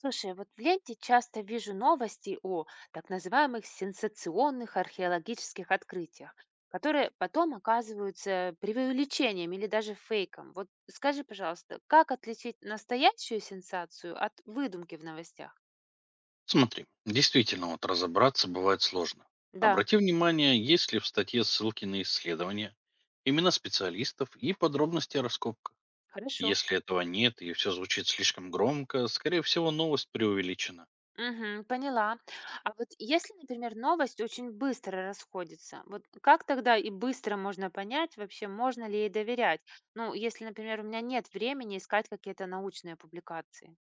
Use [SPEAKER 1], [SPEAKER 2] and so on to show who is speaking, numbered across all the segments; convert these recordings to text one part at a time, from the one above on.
[SPEAKER 1] Слушай, вот в ленте часто вижу новости о так называемых сенсационных археологических открытиях, которые потом оказываются преувеличением или даже фейком. Вот скажи, пожалуйста, как отличить настоящую сенсацию от выдумки в новостях?
[SPEAKER 2] Смотри, действительно, вот разобраться бывает сложно.
[SPEAKER 1] Да,
[SPEAKER 2] Обрати внимание, есть ли в статье ссылки на исследования, имена специалистов и подробности о раскопках.
[SPEAKER 1] хорошо.
[SPEAKER 2] Если этого нет и все звучит слишком громко, скорее всего, новость преувеличена.
[SPEAKER 1] Мгм, поняла. А вот если, например, новость очень быстро расходится, вот как тогда и быстро можно понять вообще, можно ли ей доверять? Ну, если, например, у меня нет времени искать какие-то научные публикации.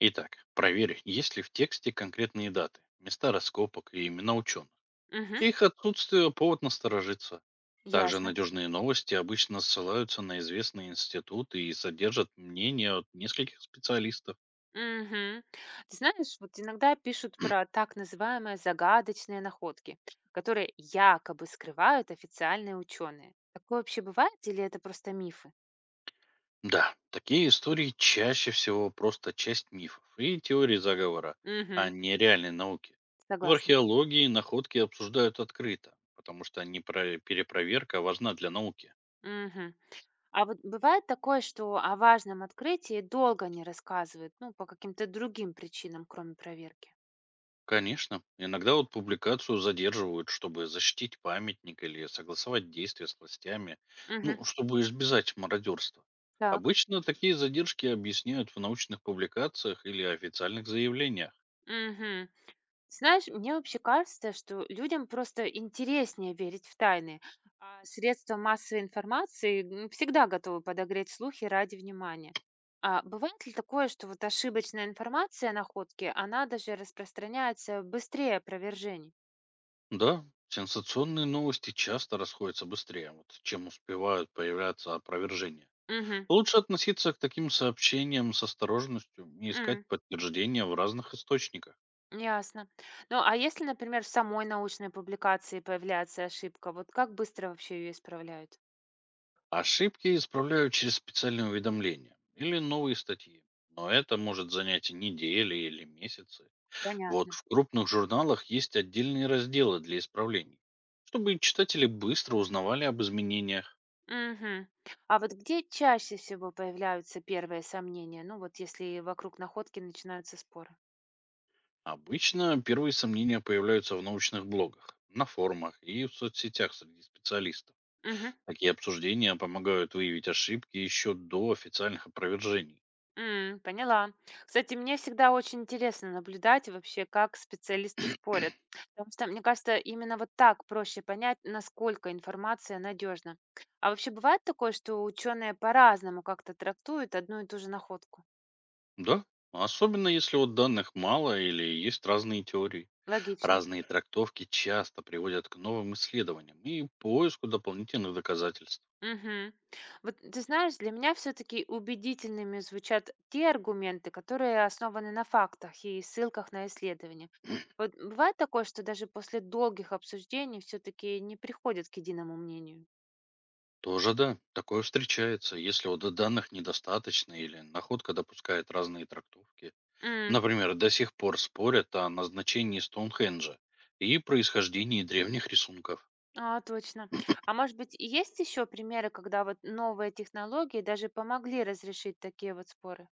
[SPEAKER 2] Итак, проверь, есть ли в тексте конкретные даты, места раскопок и имена ученых.
[SPEAKER 1] Мгм.
[SPEAKER 2] Их отсутствие – повод насторожиться. Также
[SPEAKER 1] Ясно.
[SPEAKER 2] надежные новости обычно ссылаются на известные институты и содержат мнения от нескольких специалистов.
[SPEAKER 1] Мгм. Ты знаешь, вот иногда пишут про так называемые загадочные находки, которые якобы скрывают официальные ученые. Такое вообще бывает или это просто мифы?
[SPEAKER 2] Да, такие истории чаще всего просто часть мифов и теории заговора,
[SPEAKER 1] Угу,
[SPEAKER 2] а не реальной науки. В
[SPEAKER 1] согласна.
[SPEAKER 2] археологии находки обсуждают открыто, потому что перепроверка важна для науки.
[SPEAKER 1] Мгм. А вот бывает такое, что о важном открытии долго не рассказывают, ну, по каким-то другим причинам, кроме проверки.
[SPEAKER 2] Конечно, иногда вот публикацию задерживают, чтобы защитить памятник или согласовать действия с властями,
[SPEAKER 1] Угу,
[SPEAKER 2] ну, чтобы избежать мародерства.
[SPEAKER 1] так.
[SPEAKER 2] Обычно такие задержки объясняют в научных публикациях или официальных заявлениях.
[SPEAKER 1] Мгм. Знаешь, мне вообще кажется, что людям просто интереснее верить в тайны, а средства массовой информации всегда готовы подогреть слухи ради внимания. А бывает ли такое, что вот ошибочная информация о находке, она даже распространяется быстрее опровержений?
[SPEAKER 2] Да, сенсационные новости часто расходятся быстрее, вот, чем успевают появляться опровержения.
[SPEAKER 1] Угу.
[SPEAKER 2] Лучше относиться к таким сообщениям с осторожностью и искать подтверждения в разных источниках.
[SPEAKER 1] Ясно. Ну, а если, например, в самой научной публикации появляется ошибка, вот как быстро вообще ее исправляют?
[SPEAKER 2] Ошибки исправляют через специальные уведомления или новые статьи. Но это может занять и недели или месяцы. Вот
[SPEAKER 1] Понятно.
[SPEAKER 2] в крупных журналах есть отдельные разделы для исправлений, чтобы читатели быстро узнавали об изменениях.
[SPEAKER 1] Мгм. А вот где чаще всего появляются первые сомнения? Ну вот если вокруг находки начинаются споры.
[SPEAKER 2] Обычно первые сомнения появляются в научных блогах, на форумах и в соцсетях среди специалистов.
[SPEAKER 1] Мгм.
[SPEAKER 2] Такие обсуждения помогают выявить ошибки еще до официальных опровержений.
[SPEAKER 1] М, поняла. Кстати, мне всегда очень интересно наблюдать вообще, как специалисты спорят. Потому что, мне кажется, именно вот так проще понять, насколько информация надежна. А вообще бывает такое, что ученые по-разному как-то трактуют одну и ту же находку?
[SPEAKER 2] Да, особенно если вот данных мало или есть разные теории.
[SPEAKER 1] Логично.
[SPEAKER 2] Разные трактовки часто приводят к новым исследованиям и поиску дополнительных доказательств.
[SPEAKER 1] Мгм. Вот ты знаешь, для меня все-таки убедительными звучат те аргументы, которые основаны на фактах и ссылках на исследования. Вот бывает такое, что даже после долгих обсуждений все-таки не приходят к единому мнению.
[SPEAKER 2] Тоже да, такое встречается, если вот данных недостаточно или находка допускает разные трактовки.
[SPEAKER 1] М,
[SPEAKER 2] Например, до сих пор спорят о назначении Стоунхенджа и происхождении древних рисунков.
[SPEAKER 1] а, точно. А может быть, и есть еще примеры, когда вот новые технологии даже помогли разрешить такие вот споры?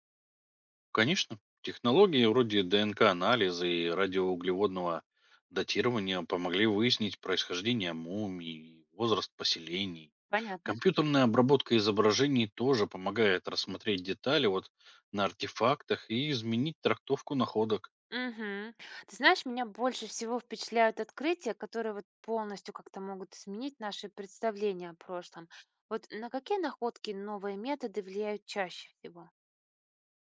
[SPEAKER 2] Конечно, технологии вроде ДНК-анализа и радиоуглеводного датирования помогли выяснить происхождение мумий и возраст поселений.
[SPEAKER 1] Понятно.
[SPEAKER 2] Компьютерная обработка изображений тоже помогает рассмотреть детали вот на артефактах и изменить трактовку находок.
[SPEAKER 1] Мгм. Ты знаешь, меня больше всего впечатляют открытия, которые вот полностью как-то могут изменить наши представления о прошлом. Вот на какие находки новые методы влияют чаще всего?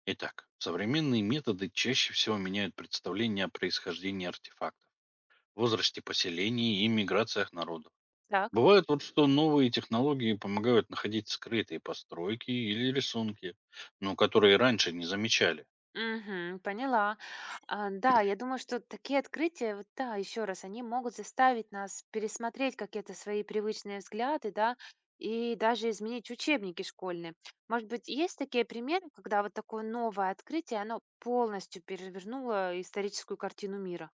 [SPEAKER 2] Итак, современные методы чаще всего меняют представление о происхождении артефактов, возрасте поселений и миграциях народов.
[SPEAKER 1] Так.
[SPEAKER 2] Бывает вот, что новые технологии помогают находить скрытые постройки или рисунки, но которые раньше не замечали.
[SPEAKER 1] Мгм, поняла. А, да, я думаю, что такие открытия, вот да, еще раз, они могут заставить нас пересмотреть какие-то свои привычные взгляды, да, и даже изменить учебники школьные. Может быть, есть такие примеры, когда вот такое новое открытие, оно полностью перевернуло историческую картину мира?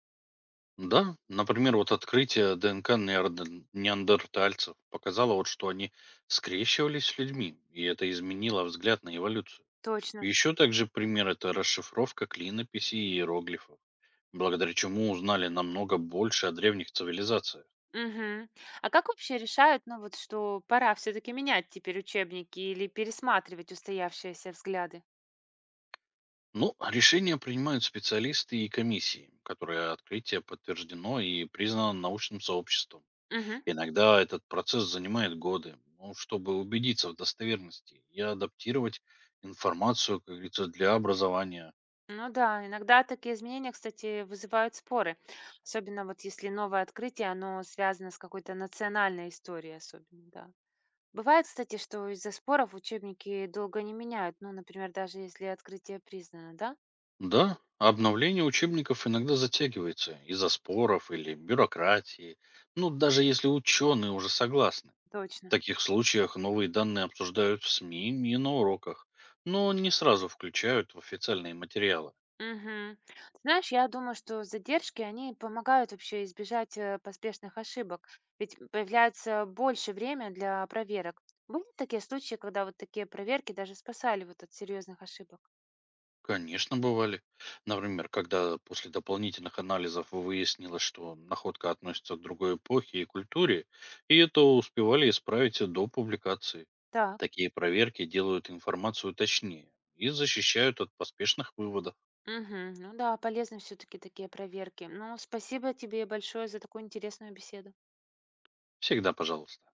[SPEAKER 2] Да, например, вот открытие ДНК неандертальцев показало, вот, что они скрещивались с людьми, и это изменило взгляд на эволюцию.
[SPEAKER 1] Точно.
[SPEAKER 2] Еще также пример – это расшифровка клинописи и иероглифов, благодаря чему узнали намного больше о древних цивилизациях.
[SPEAKER 1] Мгм. А как вообще решают, ну вот, что пора все-таки менять теперь учебники или пересматривать устоявшиеся взгляды?
[SPEAKER 2] Ну, решения принимают специалисты и комиссии, которые открытие подтверждено и признано научным сообществом.
[SPEAKER 1] Мгм.
[SPEAKER 2] Иногда этот процесс занимает годы, ну, чтобы убедиться в достоверности и адаптировать информацию, как говорится, для образования.
[SPEAKER 1] Ну да, иногда такие изменения, кстати, вызывают споры. Особенно вот если новое открытие, оно связано с какой-то национальной историей особенно, да. Бывает, кстати, что из-за споров учебники долго не меняют, ну, например, даже если открытие признано, да?
[SPEAKER 2] Да, обновление учебников иногда затягивается из-за споров или бюрократии, ну, даже если ученые уже согласны. В
[SPEAKER 1] Точно.
[SPEAKER 2] таких случаях новые данные обсуждают в СМИ и на уроках, но не сразу включают в официальные материалы.
[SPEAKER 1] Мгм. Ты знаешь, я думаю, что задержки, они помогают вообще избежать поспешных ошибок, ведь появляется больше время для проверок. Были такие случаи, когда вот такие проверки даже спасали вот от серьезных ошибок?
[SPEAKER 2] Конечно, бывали. Например, когда после дополнительных анализов выяснилось, что находка относится к другой эпохе и культуре, и это успевали исправить до публикации.
[SPEAKER 1] Так.
[SPEAKER 2] Такие проверки делают информацию точнее и защищают от поспешных выводов.
[SPEAKER 1] Мгм. Ну да, полезны все-таки такие проверки. Ну, спасибо тебе большое за такую интересную беседу.
[SPEAKER 2] Всегда пожалуйста.